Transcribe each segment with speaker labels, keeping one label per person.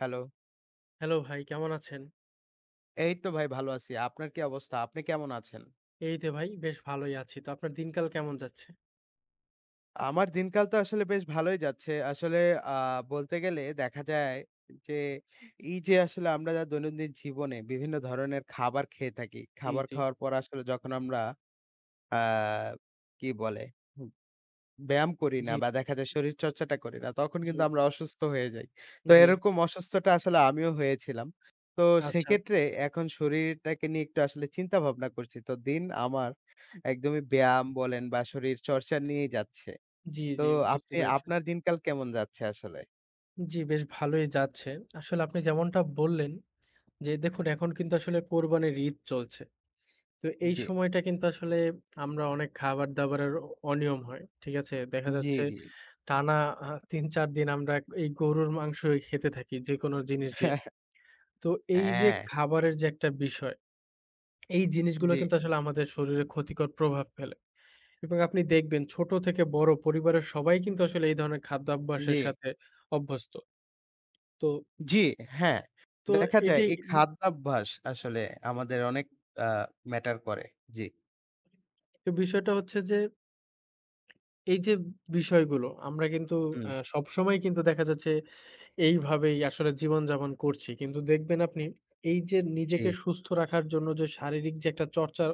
Speaker 1: Hello.
Speaker 2: Hello ভাই, কেমন আছেন?
Speaker 1: এই তো ভাই ভালো আছি। আপনার কি অবস্থা? আপনি কেমন আছেন?
Speaker 2: এই তো ভাই বেশ ভালোই আছি। তো আপনার দিনকাল কেমন যাচ্ছে?
Speaker 1: আমার দিনকাল তো আসলে বেশ ভালোই যাচ্ছে। আসলে আ বলতে গেলে দেখা যায় যে, এই যে আসলে আমরা যা দৈনন্দিন জীবনে বিভিন্ন ধরনের খাবার খেয়ে থাকি।
Speaker 2: জি,
Speaker 1: খাবার
Speaker 2: জি,
Speaker 1: খাওয়ার পর আসলে যখন আমরা আ কি বলে? হুম ব্যায়াম করি না
Speaker 2: জি,
Speaker 1: বা দেখা যায় শরীরচর্চাটা করি না, তখন
Speaker 2: জি,
Speaker 1: কিন্তু আমরা অসুস্থ হয়ে যাই। তো
Speaker 2: জি।
Speaker 1: এরকম অসুস্থটা আসলে আমিও হয়েছিলাম। তো
Speaker 2: আচ্ছা।
Speaker 1: সেক্ষেত্রে এখন শরীরটাকে নিয়ে একটু আসলে চিন্তা ভাবনা করছি। তো দিন আমার একদমই ব্যায়াম বলেন বা শরীরচর্চা নিয়েই যাচ্ছে।
Speaker 2: জি,
Speaker 1: তো
Speaker 2: জি, বুঝতে
Speaker 1: আপনি
Speaker 2: পেরেছি।
Speaker 1: আপনার দিনকাল কেমন যাচ্ছে আসলে?
Speaker 2: জি, বেশ ভালোই যাচ্ছে। আসলে আপনি যেমনটা বললেন যে দেখুন এখন কিন্তু আসলে কোরবানির ঈদ চলছে। তো এই
Speaker 1: জি,
Speaker 2: সময়টা কিন্তু আসলে আমরা অনেক খাবার-দাবারের অনিয়ম হয়। ঠিক আছে? দেখা
Speaker 1: জি,
Speaker 2: যাচ্ছে
Speaker 1: জি।
Speaker 2: টানা ৩-৪ দিন আমরা এই গরুর মাংসই খেতে থাকি যেকোনো জিনিস দিয়ে। তো এই যে
Speaker 1: হ্যাঁ।
Speaker 2: খাবারের যে একটা বিষয়, এই জিনিসগুলো
Speaker 1: জি,
Speaker 2: কিন্তু আসলে আমাদের শরীরে ক্ষতিকর প্রভাব ফেলে। এবং আপনি দেখবেন ছোট থেকে বড় পরিবারের সবাই কিন্তু আসলে এই ধরনের
Speaker 1: জি,
Speaker 2: খাদ্যাভ্যাসের সাথে অভ্যস্ত। তো
Speaker 1: জি, হ্যাঁ।
Speaker 2: তো
Speaker 1: দেখা যায়
Speaker 2: এটি
Speaker 1: এই খাদ্যাভ্যাস আসলে আমাদের অনেক আ ম্যাটার করে। জি।
Speaker 2: বিষয়টা হচ্ছে যে এই যে বিষয়গুলো আমরা কিন্তু
Speaker 1: হুম,
Speaker 2: সবসময় কিন্তু দেখা যাচ্ছে এইভাবেই আসলে জীবনযাপন করছি। কিন্তু দেখবেন আপনি এই যে
Speaker 1: জি,
Speaker 2: নিজেকে সুস্থ রাখার জন্য যে শারীরিক যে একটা চর্চা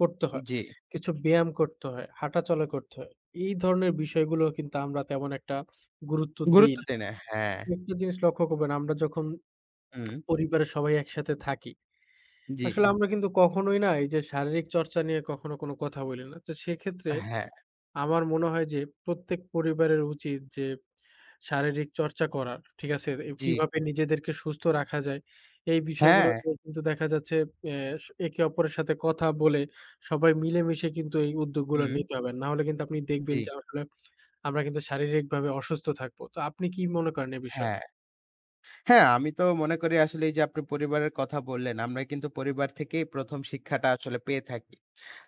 Speaker 2: করতে হয়,
Speaker 1: জি।
Speaker 2: কিছু ব্যায়াম করতে হয়, হাঁটাচলা করতে হয়। এই ধরনের বিষয়গুলো কিন্তু আমরা তেমন একটা গুরুত্ব দেই।
Speaker 1: গুরুত্ব দেয় না। হ্যাঁ।
Speaker 2: একটা জিনিস লক্ষ্য করবেন, আমরা যখন
Speaker 1: হুম,
Speaker 2: পরিবারের সবাই একসাথে থাকি,
Speaker 1: জি,
Speaker 2: আসলে হুম। আমরা কিন্তু কখনোই না এই যে শারীরিক চর্চা নিয়ে কখনো কোনো কথা বলি না। তো সেক্ষেত্রে
Speaker 1: হ্যাঁ।
Speaker 2: আমার মনে হয় যে প্রত্যেক পরিবারের উচিত যে শারীরিক চর্চা করার, ঠিক আছে? এ
Speaker 1: জি,
Speaker 2: কিভাবে নিজেদেরকে সুস্থ রাখা যায়, এই বিষয়গুলো
Speaker 1: হ্যাঁ।
Speaker 2: নিয়ে কিন্তু দেখা যাচ্ছে অ্যা স একে অপরের সাথে কথা বলে সবাই মিলেমিশে কিন্তু এই উদ্যোগগুলো
Speaker 1: হুম,
Speaker 2: নিতে হবে। না হলে কিন্তু আপনি দেখবেন
Speaker 1: জি,
Speaker 2: যে আসলে আমরা কিন্তু শারীরিকভাবে অসুস্থ থাকবো। তো আপনি কি মনে করেন এ বিষয়ে?
Speaker 1: হ্যাঁ। হ্যাঁ, আমি তো মনে করি আসলে এই যে আপনি পরিবারের কথা বললেন, আমরা কিন্তু পরিবার থেকেই ১ম শিক্ষাটা আসলে পেয়ে থাকি।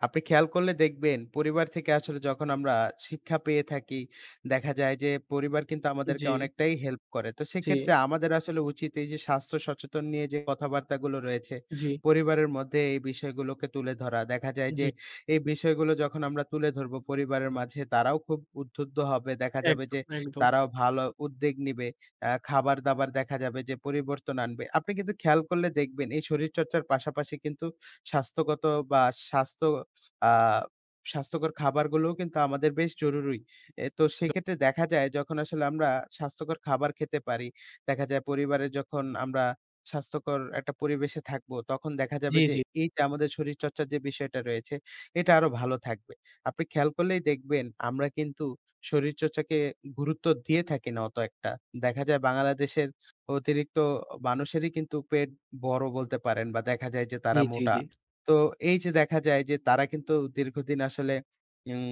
Speaker 1: আপনি খেয়াল করলে দেখবেন পরিবার থেকে আসলে যখন আমরা শিক্ষা পেয়ে থাকি, দেখা যায় যে পরিবার কিন্তু আমাদেরকে
Speaker 2: জি,
Speaker 1: অনেকটাই হেল্প করে। তো
Speaker 2: জি,
Speaker 1: সেক্ষেত্রে আমাদের আসলে উচিত এই যে স্বাস্থ্য সচেতন নিয়ে যে কথাবার্তাগুলো রয়েছে,
Speaker 2: জি।
Speaker 1: পরিবারের মধ্যে এই বিষয়গুলোকে তুলে ধরা। দেখা যায় যে
Speaker 2: জি,
Speaker 1: এই বিষয়গুলো যখন আমরা তুলে ধরবো পরিবারের মাঝে তারাও খুব উদ্বুদ্ধ হবে। দেখা যাবে যে
Speaker 2: একদম, একদম।
Speaker 1: তারাও ভালো উদ্যোগ নিবে। খাবার-দাবার দেখা যাবে যে পরিবর্তন আনবে। আপনি কিন্তু খেয়াল করলে দেখবেন এই শরীরচর্চার পাশাপাশি কিন্তু স্বাস্থ্যগত বা স্বাস্থ্য আ স্বাস্থ্যকর খাবারগুলোও কিন্তু আমাদের বেশ জরুরি। এ তো সেক্ষেত্রে দেখা যায় যখন আসলে আমরা স্বাস্থ্যকর খাবার খেতে পারি, দেখা যায় পরিবারে যখন আমরা স্বাস্থ্যকর একটা পরিবেশে থাকবো, তখন দেখা যাবে
Speaker 2: জি,
Speaker 1: যে
Speaker 2: জি,
Speaker 1: এই যে আমাদের শরীরচর্চার যে বিষয়টা রয়েছে, এটা আরো ভালো থাকবে। আপনি খেয়াল করলেই দেখবেন আমরা কিন্তু শরীরচর্চাকে গুরুত্ব দিয়ে থাকি না অত একটা। দেখা যায় বাংলাদেশের অতিরিক্ত মানুষেরই কিন্তু পেট বড় বলতে পারেন বা দেখা যায় যে
Speaker 2: জি,
Speaker 1: তারা
Speaker 2: জি,
Speaker 1: মোটা।
Speaker 2: জি,
Speaker 1: তো এই যে দেখা যায় যে তারা কিন্তু দীর্ঘদিন আসলে উম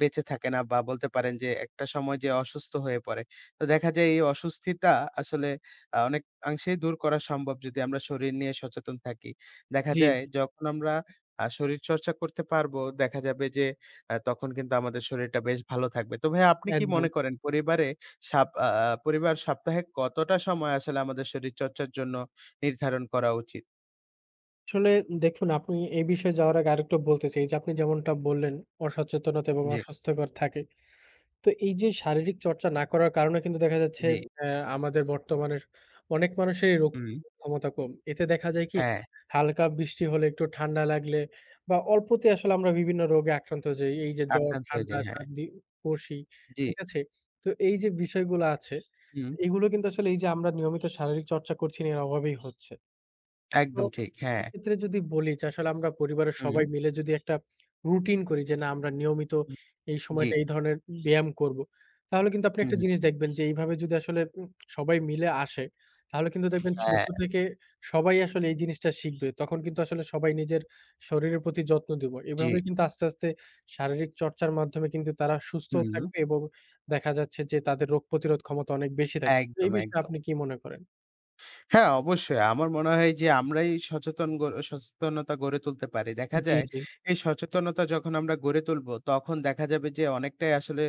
Speaker 1: বেঁচে থাকে না বা বলতে পারেন যে একটা সময় যে অসুস্থ হয়ে পড়ে। তো দেখা যায় এই অস্বস্তিটা আসলে অনেকাংশেই দূর করা সম্ভব যদি আমরা শরীর নিয়ে সচেতন থাকি। দেখা
Speaker 2: জি,
Speaker 1: যায়
Speaker 2: জি,
Speaker 1: যখন আমরা শরীরচর্চা করতে পারবো, দেখা যাবে যে তখন কিন্তু আমাদের শরীরটা বেশ ভালো থাকবে। তো ভাইয়া আপনি কি
Speaker 2: একদম।
Speaker 1: মনে করেন পরিবারে সাপ আ আ পরিবার সপ্তাহে কতটা সময় আসলে আমাদের শরীরচর্চার জন্য নির্ধারণ করা উচিত?
Speaker 2: আসলে দেখুন আপনি এই বিষয়ে যাওয়ার আগে আরেকটু বলতে চাই যে আপনি যেমনটা বললেন অসচেতনতা এবং
Speaker 1: জি,
Speaker 2: অস্বাস্থ্যকর থাকে। তো এই যে শারীরিক চর্চা না করার কারণে কিন্তু দেখা যাচ্ছে
Speaker 1: জি,
Speaker 2: অ্যা আমাদের বর্তমানে অনেক মানুষেরই রোগ
Speaker 1: হুম।
Speaker 2: ক্ষমতা কম। এতে দেখা যায় কি
Speaker 1: হ্যাঁ,
Speaker 2: হালকা বৃষ্টি হলে, একটু ঠান্ডা লাগলে বা অল্পতে আসলে আমরা বিভিন্ন রোগে আক্রান্ত হয়ে যাই। এই যে জ্বর,
Speaker 1: আক্রান্ত হয়ে
Speaker 2: ঠান্ডা,
Speaker 1: যায়। হ্যাঁ।
Speaker 2: সর্দি, কাশি,
Speaker 1: জি,
Speaker 2: ঠিক আছে? তো এই যে বিষয়গুলো আছে
Speaker 1: হুম।
Speaker 2: এগুলো কিন্তু আসলে এই যে আমরা নিয়মিত শারীরিক চর্চা করছি না এর অভাবেই হচ্ছে। তো
Speaker 1: একদম ঠিক, হ্যাঁ।
Speaker 2: এক্ষেত্রে যদি বলি যে আসলে আমরা পরিবারের
Speaker 1: হুম।
Speaker 2: সবাই মিলে যদি একটা রুটিন করি যে না আমরা নিয়মিত এই
Speaker 1: জি,
Speaker 2: সময়টা এই ধরনের ব্যায়াম করব। তাহলে কিন্তু আপনি
Speaker 1: হুম,
Speaker 2: একটা জিনিস দেখবেন যে এইভাবে যদি আসলে সবাই মিলে আসে, তাহলে কিন্তু দেখবেন ছোট
Speaker 1: হ্যাঁ,
Speaker 2: থেকে সবাই আসলে এই জিনিসটা শিখবে। তখন কিন্তু আসলে সবাই নিজের শরীরের প্রতি যত্ন দিব।
Speaker 1: জি,
Speaker 2: এভাবে কিন্তু আস্তে, আস্তে শারীরিক চর্চার মাধ্যমে কিন্তু তারা সুস্থও
Speaker 1: হুম,
Speaker 2: থাকবে এবং দেখা যাচ্ছে যে তাদের রোগ প্রতিরোধ ক্ষমতা অনেক বেশি থাকবে। এই
Speaker 1: একদম,
Speaker 2: বিষয়ে
Speaker 1: একদম।
Speaker 2: আপনি কি মনে করেন?
Speaker 1: হ্যাঁ, অবশ্যই। আমার মনে হয় যে আমরাই সচেতনতা গড়ে তুলতে পারি। দেখা
Speaker 2: জি,
Speaker 1: যায়
Speaker 2: জি।
Speaker 1: এই সচেতনতা যখন আমরা গড়ে তুলব, তখন দেখা যাবে যে অনেকটাই আসলে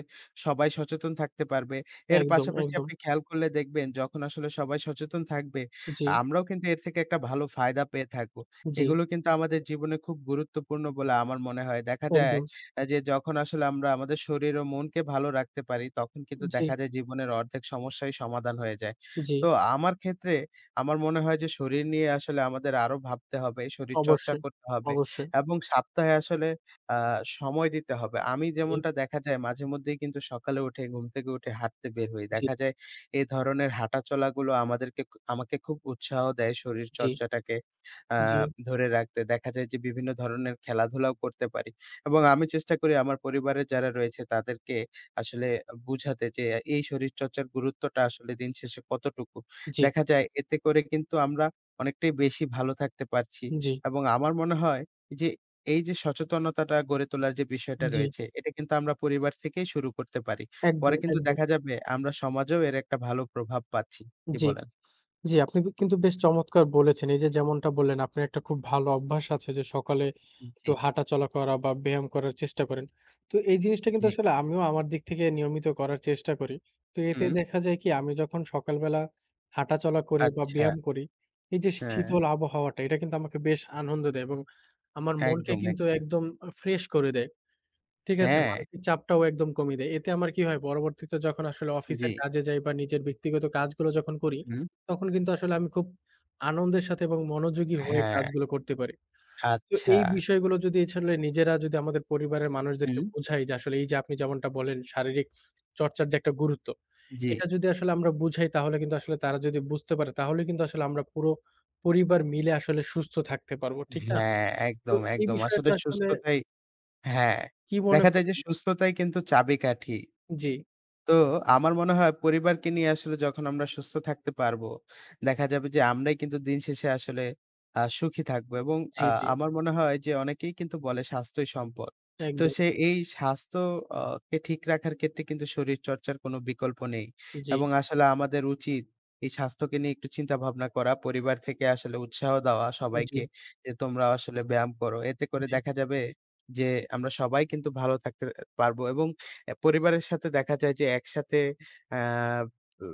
Speaker 1: সবাই সচেতন থাকতে পারবে। এর
Speaker 2: একদম,
Speaker 1: পাশাপাশি
Speaker 2: একদম।
Speaker 1: আপনি খেয়াল করলে দেখবেন যখন আসলে সবাই সচেতন থাকবে,
Speaker 2: জি।
Speaker 1: আমরাও কিন্তু এর থেকে একটা ভালো ফায়দা পেয়ে থাকব।
Speaker 2: জি,
Speaker 1: এগুলো কিন্তু আমাদের জীবনে খুব গুরুত্বপূর্ণ বলে আমার মনে হয়। দেখা যায়
Speaker 2: একদম।
Speaker 1: যে যখন আসলে আমরা আমাদের শরীর ও মনকে ভালো রাখতে পারি, তখন কিন্তু
Speaker 2: জি,
Speaker 1: দেখা যায় জীবনের অর্ধেক সমস্যাই সমাধান হয়ে যায়।
Speaker 2: জি,
Speaker 1: তো আমার ক্ষেত্রে আমার মনে হয় যে শরীর নিয়ে আসলে আমাদের আরো ভাবতে হবে, শরীরচর্চা
Speaker 2: অবশ্যই,
Speaker 1: করতে হবে
Speaker 2: অবশ্যই।
Speaker 1: এবং সপ্তাহে আসলে আ সময় দিতে হবে। আমি
Speaker 2: জি,
Speaker 1: যেমনটা দেখা যায় মাঝেমধ্যেই কিন্তু সকালে উঠে ঘুম থেকে উঠে হাঁটতে বের হই।
Speaker 2: জি,
Speaker 1: দেখা যায় এ ধরনের হাঁটাচলাগুলো আমাদেরকে খু আমাকে খুব উৎসাহ দেয়
Speaker 2: জি,
Speaker 1: শরীরচর্চাটাকে আ
Speaker 2: জি,
Speaker 1: ধরে রাখতে। দেখা যায় যে বিভিন্ন ধরনের খেলাধুলাও করতে পারি এবং আমি চেষ্টা করি আমার পরিবারের যারা রয়েছে তাদেরকে আসলে বুঝাতে যে এই শরীরচর্চার গুরুত্বটা আসলে দিন শেষে কতটুকু।
Speaker 2: জি,
Speaker 1: দেখা যায় এতে করে কিন্তু আমরা অনেকটাই বেশি ভালো থাকতে পারছি
Speaker 2: জি,
Speaker 1: এবং আমার মনে হয় যে এই যে সচেতনতাটা গড়ে তোলার যে বিষয়টা
Speaker 2: জি,
Speaker 1: রয়েছে, এটা কিন্তু আমরা পরিবার থেকেই শুরু করতে পারি। পরে
Speaker 2: একদম,
Speaker 1: কিন্তু
Speaker 2: একদম।
Speaker 1: দেখা যাবে আমরা সমাজেও এর একটা ভালো প্রভাব পাচ্ছি। কি
Speaker 2: জি।
Speaker 1: বলেন?
Speaker 2: জি, আপনি কিন্তু বেশ চমৎকার বলেছেন। এই যে যেমনটা বললেন, আপনার একটা খুব ভালো অভ্যাস আছে যে সকালে
Speaker 1: জি,
Speaker 2: একটু হাঁটাচলা করা বা ব্যায়াম করার চেষ্টা করেন। তো এই জিনিসটা কিন্তু
Speaker 1: জি।
Speaker 2: আসলে আমিও আমার দিক থেকে নিয়মিত করার চেষ্টা করি। তো এতে
Speaker 1: হুম।
Speaker 2: দেখা যায় কি আমি যখন সকালবেলা হাঁটাচলা করি বা
Speaker 1: আচ্ছা।
Speaker 2: ব্যায়াম করি, এই যে
Speaker 1: হ্যাঁ,
Speaker 2: শীতল আবহাওয়াটা এটা কিন্তু আমাকে বেশ আনন্দ দেয় এবং আমার মনকে
Speaker 1: একদম,
Speaker 2: কিন্তু
Speaker 1: একদম।
Speaker 2: একদম ফ্রেশ করে দেয়। ঠিক আছে,
Speaker 1: হ্যাঁ,
Speaker 2: মানসিক চাপটাও একদম কমিয়ে দেয়। এতে আমার কি হয় পরবর্তীতে যখন আসলে
Speaker 1: জি।
Speaker 2: অফিসের কাজে যাই বা নিজের ব্যক্তিগত কাজগুলো যখন করি,
Speaker 1: হুম।
Speaker 2: তখন কিন্তু আসলে আমি খুব আনন্দের সাথে এবং মনোযোগী হয়ে
Speaker 1: হ্যাঁ,
Speaker 2: কাজগুলো করতে পারি। তো
Speaker 1: আচ্ছা।
Speaker 2: এই বিষয়গুলো যদি আসলে নিজেরা যদি আমাদের পরিবারের মানুষদেরকে
Speaker 1: হুম,
Speaker 2: বোঝাই যে আসলে এই যে আপনি যেমনটা বলেন শারীরিক চর্চার যে একটা গুরুত্ব,
Speaker 1: জি।
Speaker 2: এটা যদি আসলে আমরা বুঝাই তাহলে কিন্তু আসলে তারা যদি বুঝতে পারে তাহলে কিন্তু আসলে আমরা পুরো পরিবার মিলে আসলে সুস্থ থাকতে পারবো। ঠিক না?
Speaker 1: হ্যাঁ,
Speaker 2: তো
Speaker 1: একদম,
Speaker 2: এই
Speaker 1: একদম। আসলে
Speaker 2: বিষয়টা আসলে
Speaker 1: সুস্থতাই হ্যাঁ,
Speaker 2: কি মনে
Speaker 1: দেখা যায় যে
Speaker 2: করেন?
Speaker 1: সুস্থতাই কিন্তু চাবিকাঠি।
Speaker 2: জি,
Speaker 1: তো আমার মনে হয় পরিবারকে নিয়ে আসলে যখন আমরা সুস্থ থাকতে পারবো, দেখা যাবে যে আমরাই কিন্তু দিন শেষে আসলে সুখী থাকবো এবং
Speaker 2: জি,
Speaker 1: আ
Speaker 2: জি।
Speaker 1: আমার মনে হয় যে অনেকেই কিন্তু বলে স্বাস্থ্যই সম্পদ। তো
Speaker 2: একদম।
Speaker 1: সে এই স্বাস্থ্য অ কে ঠিক রাখার ক্ষেত্রে কিন্তু শরীরচর্চার কোনো বিকল্প নেই
Speaker 2: জি,
Speaker 1: এবং আসলে আমাদের উচিত এই স্বাস্থ্যকে নিয়ে একটু চিন্তা ভাবনা করা, পরিবার থেকে আসলে উৎসাহ দেওয়া
Speaker 2: জি, জি,
Speaker 1: সবাইকে যে তোমরা আসলে ব্যায়াম করো। এতে করে
Speaker 2: জি,
Speaker 1: দেখা যাবে যে আমরা সবাই কিন্তু ভালো থাকতে পারবো এবং পরিবারের সাথে দেখা যায় যে একসাথে আ উ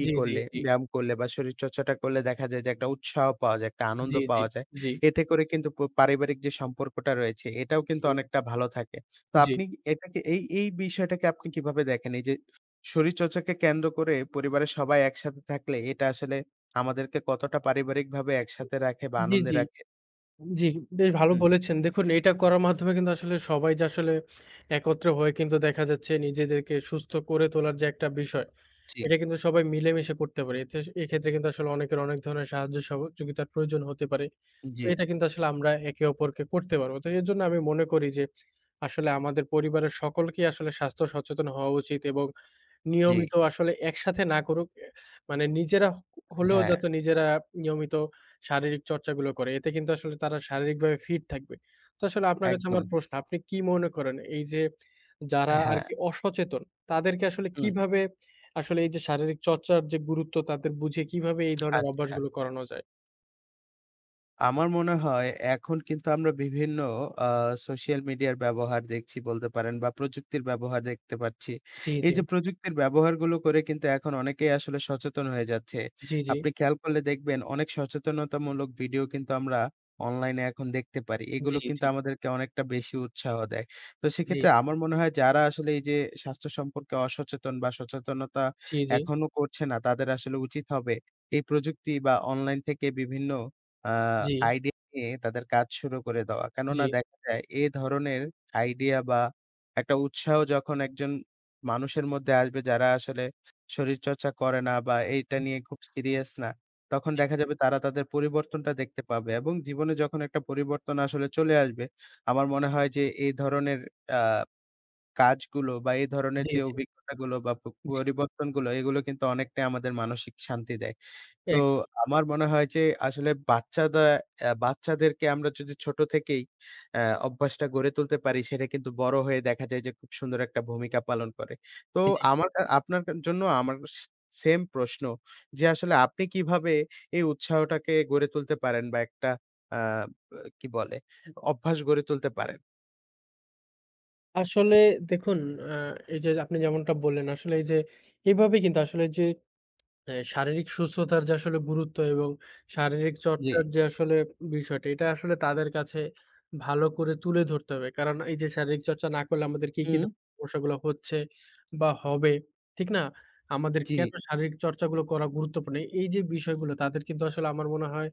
Speaker 1: ই
Speaker 2: জি, জি,
Speaker 1: করলে,
Speaker 2: জি,
Speaker 1: ব্যায়াম করলে বা শরীরচর্চাটা করলে দেখা যায় যে একটা উৎসাহ পাওয়া যায়, একটা আনন্দ
Speaker 2: জি, জি,
Speaker 1: পাওয়া যায়।
Speaker 2: জি,
Speaker 1: এতে করে কিন্তু পারিবারিক যে সম্পর্কটা রয়েছে এটাও কিন্তু অনেকটা ভালো থাকে। তো
Speaker 2: জি,
Speaker 1: আপনি এই বিষয়টাকে আপনি কিভাবে দেখেন? এই যে শরীরচর্চাকে কেন্দ্র করে পরিবারের সবাই একসাথে থাকলে এটা আসলে আমাদেরকে কতটা পারিবারিকভাবে একসাথে রাখে বা আনন্দে
Speaker 2: জি,
Speaker 1: রাখে?
Speaker 2: জি, বেশ ভালো
Speaker 1: হুম।
Speaker 2: বলেছেন। দেখুন এটা করার মাধ্যমে কিন্তু আসলে সবাই যে আসলে একত্রে হয়ে কিন্তু দেখা যাচ্ছে নিজেদেরকে সুস্থ করে তোলার যে একটা বিষয়,
Speaker 1: জি,
Speaker 2: এটা কিন্তু সবাই মিলেমিশে করতে পারে। এতে এক্ষেত্রে কিন্তু আসলে অনেকের অনেক ধরনের সাহায্য সহযোগিতার প্রয়োজন হতে পারে। তো
Speaker 1: জি,
Speaker 2: এটা কিন্তু আসলে আমরা একে অপরকে করতে পারবো। তো এজন্য আমি মনে করি যে আসলে আমাদের পরিবারের সকলকেই আসলে স্বাস্থ্য সচেতন হওয়া উচিত এবং
Speaker 1: জি।
Speaker 2: নিয়মিত আসলে একসাথে না করুক। এ মানে নিজেরা হলেও
Speaker 1: হ্যাঁ,
Speaker 2: যাতে নিজেরা নিয়মিত শারীরিক চর্চাগুলো করে। এতে কিন্তু আসলে তারা শারীরিকভাবে ফিট থাকবে। তো আসলে আপনার কাছে
Speaker 1: একদম।
Speaker 2: আমার প্রশ্ন, আপনি কি মনে করেন এই যে যারা
Speaker 1: হ্যাঁ,
Speaker 2: আরকি অসচেতন, তাদেরকে আসলে
Speaker 1: হুম,
Speaker 2: কিভাবে আসলে এই যে শারীরিক চর্চার যে গুরুত্ব তাদের বুঝিয়ে কিভাবে এই ধরনের
Speaker 1: আচ্ছা।
Speaker 2: অভ্যাসগুলো করানো যায়?
Speaker 1: আমার মনে হয় এখন কিন্তু আমরা বিভিন্ন আ সোশ্যাল মিডিয়ার ব্যবহার দেখছি বলতে পারেন বা প্রযুক্তির ব্যবহার দেখতে পাচ্ছি।
Speaker 2: জি,
Speaker 1: এই
Speaker 2: জি,
Speaker 1: যে প্রযুক্তির ব্যবহারগুলো করে কিন্তু এখন অনেকেই আসলে সচেতন হয়ে যাচ্ছে।
Speaker 2: জি, জি,
Speaker 1: আপনি খেয়াল করলে দেখবেন অনেক সচেতনতামূলক ভিডিও কিন্তু আমরা অনলাইনে এখন দেখতে পারি।
Speaker 2: জি,
Speaker 1: এগুলো
Speaker 2: জি,
Speaker 1: কিন্তু
Speaker 2: জি,
Speaker 1: আমাদেরকে অনেকটা বেশি উৎসাহ দেয়। তো
Speaker 2: জি, জি,
Speaker 1: সেক্ষেত্রে আমার মনে হয় যারা আসলে এই যে স্বাস্থ্য সম্পর্কে অসচেতন বা সচেতনতা
Speaker 2: জি, জি,
Speaker 1: এখনো করছে না, তাদের আসলে উচিত হবে এই প্রযুক্তি বা অনলাইন থেকে বিভিন্ন আ
Speaker 2: জি,
Speaker 1: আইডিয়া নিয়ে তাদের কাজ শুরু করে দেওয়া।
Speaker 2: জি,
Speaker 1: কেননা দেখা যায় এ ধরনের আইডিয়া বা একটা উৎসাহ যখন একজন মানুষের মধ্যে আসবে যারা আসলে শরীরচর্চা করে না বা এইটা নিয়ে খুব সিরিয়াস না, তখন দেখা যাবে তারা তাদের পরিবর্তনটা দেখতে পাবে এবং জীবনে যখন একটা পরিবর্তন আসলে চলে আসবে, আমার মনে হয় যে এই ধরনের আ কাজগুলো বা এই ধরনের
Speaker 2: জি,
Speaker 1: যে
Speaker 2: জি,
Speaker 1: অভিজ্ঞতাগুলো বা
Speaker 2: জি,
Speaker 1: পরিবর্তনগুলো এগুলো কিন্তু অনেকটাই আমাদের মানসিক শান্তি দেয়। তো
Speaker 2: একদম।
Speaker 1: আমার মনে হয় যে আসলে বাচ্চাদা অ্যা বাচ্চাদেরকে আমরা যদি ছোট থেকেই অ্যা অভ্যাসটা গড়ে তুলতে পারি, সেটা কিন্তু বড় হয়ে দেখা যায় যে খুব সুন্দর একটা ভূমিকা পালন করে। তো
Speaker 2: জি, জি।
Speaker 1: আমার কা আপনার কা জন্য আমার সেম প্রশ্ন যে আসলে আপনি কিভাবে এই উৎসাহটাকে গড়ে তুলতে পারেন বা একটা আ কি বলে অভ্যাস গড়ে তুলতে পারেন?
Speaker 2: আসলে দেখুন, আ এই যে আপনি যেমনটা বললেন, আসলে এই যে এভাবে কিন্তু আসলে যে শারীরিক সুস্থতার যে আসলে গুরুত্ব এবং শারীরিক
Speaker 1: জি।
Speaker 2: চর্চার যে আসলে বিষয়টা, এটা আসলে তাদের কাছে ভালো করে তুলে ধরতে হবে। কারণ এই যে শারীরিক চর্চা না করলে আমাদের কি, কি
Speaker 1: হুম।
Speaker 2: ধরনের সমস্যাগুলো হচ্ছে বা হবে, ঠিক না? আমাদের
Speaker 1: জি।
Speaker 2: কেন শারীরিক চর্চাগুলো করা গুরুত্বপূর্ণ? এই যে বিষয়গুলো তাদের কিন্তু আসলে আমার মনে হয়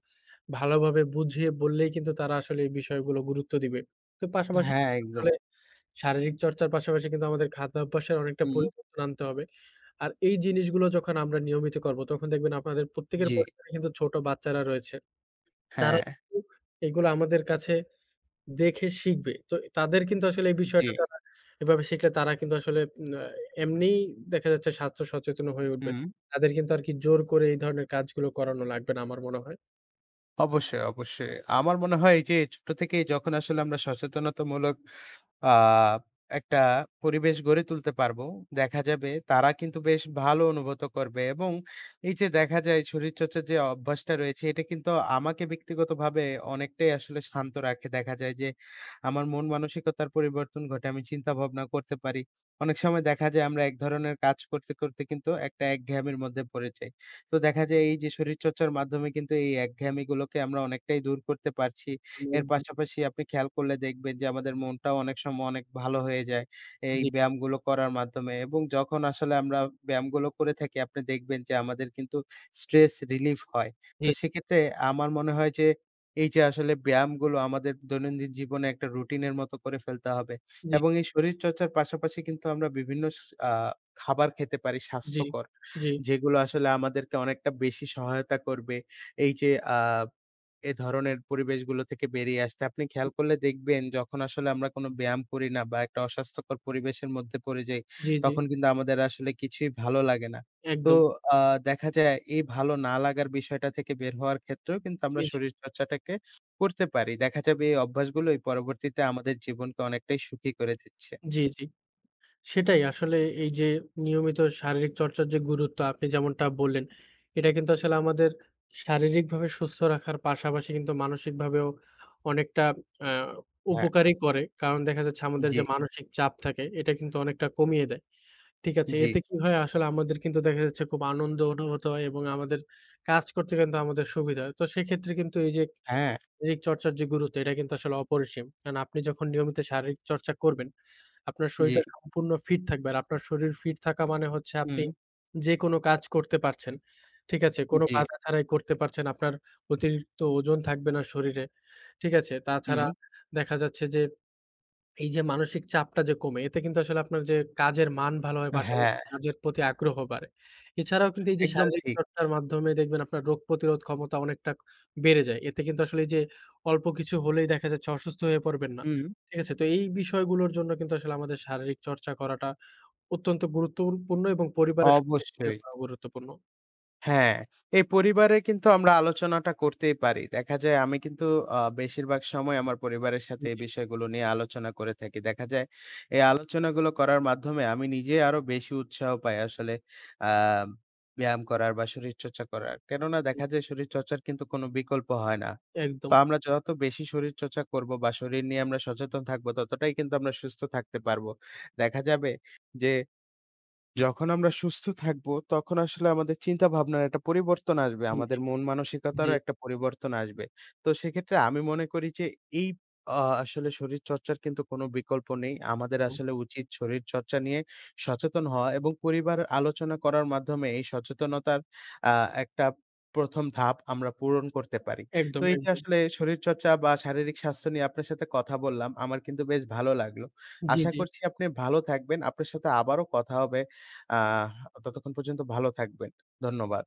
Speaker 2: ভালোভাবে বুঝিয়ে বললেই কিন্তু তারা আসলে এই বিষয়গুলো গুরুত্ব দিবে। তো পাশাপাশি
Speaker 1: হ্যাঁ, একদম।
Speaker 2: আসলে শারীরিক চর্চার পাশাপাশি কিন্তু আমাদের খাদ্যাভ্যাসের অনেকটা
Speaker 1: হুম।
Speaker 2: পরিবর্তন আনতে হবে। আর এই জিনিসগুলো যখন আমরা নিয়মিত করব, তখন দেখবেন আপনাদের প্রত্যেকের
Speaker 1: জি।
Speaker 2: পরিবারে কিন্তু ছোট বাচ্চারা রয়েছে। তারা
Speaker 1: হ্যাঁ।
Speaker 2: কিন্তু এগুলো আমাদের কাছে দেখে শিখবে। তো তাদের কিন্তু আসলে এই
Speaker 1: জি।
Speaker 2: বিষয়টা তারা এভাবে শিখলে তারা কিন্তু আসলে উম আ এমনিই দেখা যাচ্ছে স্বাস্থ্য সচেতন হয়ে উঠবে।
Speaker 1: হুম।
Speaker 2: তাদের কিন্তু আর কি জোর করে এই ধরনের কাজগুলো করানো লাগবে না আমার মনে হয়।
Speaker 1: অবশ্যই, অবশ্যই। আমার মনে হয় এই যে ছোট থেকে যখন আসলে আমরা সচেতনতামূলক আ একটা পরিবেশ গড়ে তুলতে পারবো। দেখা যাবে তারা কিন্তু বেশ ভালো অনুভূত করবে এবং এই যে দেখা যায় শরীরচর্চার যে অভ্যাসটা রয়েছে, এটা কিন্তু আমাকে ব্যক্তিগতভাবে অনেকটাই আসলে শান্ত রাখে। দেখা যায় যে আমার মন মানসিকতার পরিবর্তন ঘটে। আমি চিন্তা ভাবনা করতে পারি। অনেক সময় দেখা যায় আমরা এক ধরনের কাজ করতে, করতে কিন্তু একটা একঘেয়েমির মধ্যে পড়ে যাই। তো দেখা যায় এই যে শরীরচর্চার মাধ্যমে কিন্তু এই একঘেয়েমিগুলোকে আমরা অনেকটাই দূর করতে পারছি।
Speaker 2: আমি
Speaker 1: এর
Speaker 2: একদম।
Speaker 1: পাশাপাশি আপনি খেয়াল করলে দেখবেন যে আমাদের মনটাও অনেক সময় অনেক ভালো হয়ে যায় এই
Speaker 2: জি,
Speaker 1: ব্যায়ামগুলো করার মাধ্যমে এবং যখন আসলে আমরা ব্যায়ামগুলো করে থাকি আপনি দেখবেন যে আমাদের কিন্তু স্ট্রেস রিলিফ হয়। তো
Speaker 2: জি,
Speaker 1: সেক্ষেত্রে আমার মনে হয় যে এই যে আসলে ব্যায়ামগুলো আমাদের দৈনন্দিন জীবনে একটা রুটিনের মতো করে ফেলতে হবে
Speaker 2: জি,
Speaker 1: এবং এই শরীরচর্চার পাশাপাশি কিন্তু আমরা বিভিন্ন স আ খাবার খেতে পারি
Speaker 2: জি,
Speaker 1: স্বাস্থ্যকর।
Speaker 2: জি,
Speaker 1: যেগুলো আসলে আমাদেরকে অনেকটা বেশি সহায়তা করবে। এই যে আ এ ধরনের পরিবেশগুলো থেকে বেরিয়ে আসতে। আপনি খেয়াল করলে দেখবেন যখন আসলে আমরা কোনো ব্যায়াম করি না বা একটা অস্বাস্থ্যকর পরিবেশের মধ্যে পড়ে যাই,
Speaker 2: জি, জি,
Speaker 1: তখন কিন্তু আমাদের আসলে কিছুই ভালো লাগে না। তো
Speaker 2: একদম।
Speaker 1: আ দেখা যায় এই ভালো না লাগার বিষয়টা থেকে বের হওয়ার ক্ষেত্রেও কিন্তু আমরা
Speaker 2: জি, জি,
Speaker 1: শরীরচর্চাটাকে করতে পারি। দেখা যাবে এই অভ্যাসগুলোই পরবর্তীতে আমাদের জীবনকে অনেকটাই সুখী করে দিচ্ছে।
Speaker 2: জি, জি। সেটাই আসলে এই যে নিয়মিত শারীরিক চর্চার যে গুরুত্ব আপনি যেমনটা বললেন, এটা কিন্তু আসলে আমাদের শারীরিকভাবে সুস্থ রাখার পাশাপাশি কিন্তু মানসিকভাবেও অনেকটা আ
Speaker 1: হ্যাঁ,
Speaker 2: উপকারই করে। কারণ দেখা যাচ্ছে আমাদের
Speaker 1: জি,
Speaker 2: যে মানসিক চাপ থাকে এটা কিন্তু অনেকটা কমিয়ে দেয়। ঠিক আছে?
Speaker 1: জি,
Speaker 2: এতে কি হয় আসলে আমাদের কিন্তু দেখা যাচ্ছে খুব আনন্দ অনুভূত হয় এবং আমাদের কাজ করতে কিন্তু আমাদের সুবিধা হয়। তো সেক্ষেত্রে কিন্তু এই যে
Speaker 1: হ্যাঁ,
Speaker 2: শারীরিক চর্চার যে গুরুত্ব এটা কিন্তু আসলে অপরিসীম। কারণ আপনি যখন নিয়মিত শারীরিক চর্চা করবেন আপনার
Speaker 1: জি,
Speaker 2: শরীরটা সম্পূর্ণ ফিট থাকবে। আর আপনার শরীর ফিট থাকা মানে হচ্ছে আপনি
Speaker 1: হুম,
Speaker 2: যেকোনো কাজ করতে পারছেন। ঠিক আছে? কোনো
Speaker 1: জি,
Speaker 2: বাধা ছাড়াই করতে পারছেন। আপনার অতিরিক্ত ওজন থাকবে না শরীরে। ঠিক আছে?
Speaker 1: হুম,
Speaker 2: তাছাড়া দেখা যাচ্ছে যে এই যে মানসিক চাপটা যে কমে, এতে কিন্তু আসলে আপনার যে কাজের মান ভালো হয়,
Speaker 1: হ্যাঁ,
Speaker 2: পাশাপাশি কাজের প্রতি আগ্রহ বাড়ে। এছাড়াও কিন্তু এই যে
Speaker 1: একদম
Speaker 2: শারীরিক
Speaker 1: ঠিক।
Speaker 2: চর্চার মাধ্যমে দেখবেন আপনার রোগ প্রতিরোধ ক্ষমতা অনেকটা বেড়ে যায়। এতে কিন্তু আসলে এই যে অল্প কিছু হলেই দেখা যাচ্ছে অসুস্থ হয়ে পড়বেন না।
Speaker 1: হুম,
Speaker 2: ঠিক আছে? তো এই বিষয়গুলোর জন্য কিন্তু আসলে আমাদের শারীরিক চর্চা করাটা অত্যন্ত গুরুত্বপূর্ণ এবং পরিবারের সবাইকে নিয়ে
Speaker 1: অবশ্যই।
Speaker 2: করা গুরুত্বপূর্ণ।
Speaker 1: হ্যাঁ, এই পরিবারে কিন্তু আমরা আলোচনাটা করতেই পারি। দেখা যায় আমি কিন্তু বেশিরভাগ সময় আমার পরিবারের সাথে
Speaker 2: জি,
Speaker 1: এই
Speaker 2: জি,
Speaker 1: বিষয়গুলো নিয়ে আলোচনা করে থাকি। দেখা যায় এই আলোচনাগুলো করার মাধ্যমে আমি নিজে আরো বেশি উৎসাহ পাই আসলে আ ব্যায়াম করার বা শরীরচর্চা করার। কেননা
Speaker 2: জি,
Speaker 1: দেখা যায় শরীরচর্চার কিন্তু কোনো বিকল্প হয় না। তো
Speaker 2: একদম।
Speaker 1: আমরা যত বেশি শরীরচর্চা করব বা শরীর নিয়ে আমরা সচেতন থাকবো ততটাই কিন্তু আমরা সুস্থ থাকতে পারবো। দেখা যাবে যে যখন আমরা সুস্থ থাকবো, তখন আসলে আমাদের চিন্তাভাবনার একটা পরিবর্তন আসবে।
Speaker 2: জি,
Speaker 1: আমাদের
Speaker 2: জি,
Speaker 1: মন
Speaker 2: জি,
Speaker 1: মানসিকতারও একটা পরিবর্তন আসবে। তো সেক্ষেত্রে আমি মনে করি যে এই আসলে শরীরচর্চার কিন্তু কোনো বিকল্প নেই। আমাদের
Speaker 2: একদম।
Speaker 1: আসলে উচিত শরীরচর্চা নিয়ে সচেতন হওয়া এবং পরিবার আলোচনা করার মাধ্যমে এই সচেতনতার আ একটা ১ম ধাপ আমরা পূরণ করতে পারি। তো
Speaker 2: একদম,
Speaker 1: এই যে
Speaker 2: একদম।
Speaker 1: আসলে শরীরচর্চা বা শারীরিক স্বাস্থ্য নিয়ে আপনার সাথে কথা বললাম, আমার কিন্তু বেশ ভালো লাগলো।
Speaker 2: জি,
Speaker 1: আশা
Speaker 2: জি।
Speaker 1: করছি আপনি ভালো থাকবেন। আপনার সাথে আবারও কথা হবে। আ ততক্ষণ পর্যন্ত ভালো থাকবেন। ধন্যবাদ।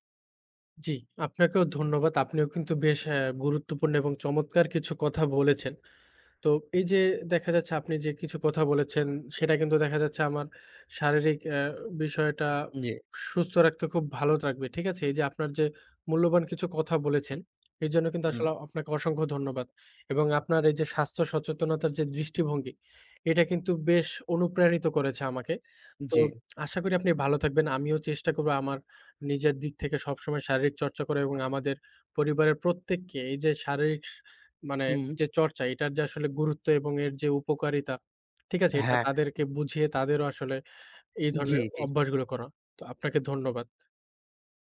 Speaker 2: জি, আপনাকেও ধন্যবাদ। আপনিও কিন্তু বেশ গুরুত্বপূর্ণ এবং চমৎকার কিছু কথা বলেছেন। তো এই যে দেখা যাচ্ছে আপনি যে কিছু কথা বলেছেন, সেটা কিন্তু দেখা যাচ্ছে আমার শারীরিক বিষয়টা
Speaker 1: জি।
Speaker 2: সুস্থ রাখতে খুব ভালো রাখবে। ঠিক আছে? এই যে আপনার যে মূল্যবান কিছু কথা বলেছেন, এজন্য কিন্তু
Speaker 1: হুম,
Speaker 2: আসলে আপনাকে অসংখ্য ধন্যবাদ। এবং আপনার এই যে স্বাস্থ্য সচেতনতার যে দৃষ্টিভঙ্গি, এটা কিন্তু বেশ অনুপ্রাণিত করেছে আমাকে। তো
Speaker 1: জি।
Speaker 2: আশা করি আপনি ভালো থাকবেন। আমিও চেষ্টা করব আমার নিজের দিক থেকে সবসময় শারীরিক চর্চা করা এবং আমাদের পরিবারের প্রত্যেককে এই যে শারীরিক মানে
Speaker 1: হুম,
Speaker 2: যে চর্চা এটার যে আসলে গুরুত্ব এবং এর যে উপকারিতা, ঠিক আছে? এটা
Speaker 1: হ্যাঁ,
Speaker 2: তাদেরকে বুঝিয়ে তাদেরও আসলে এই
Speaker 1: জি,
Speaker 2: ধরনের
Speaker 1: জি।
Speaker 2: অভ্যাসগুলো করা। তো আপনাকে ধন্যবাদ।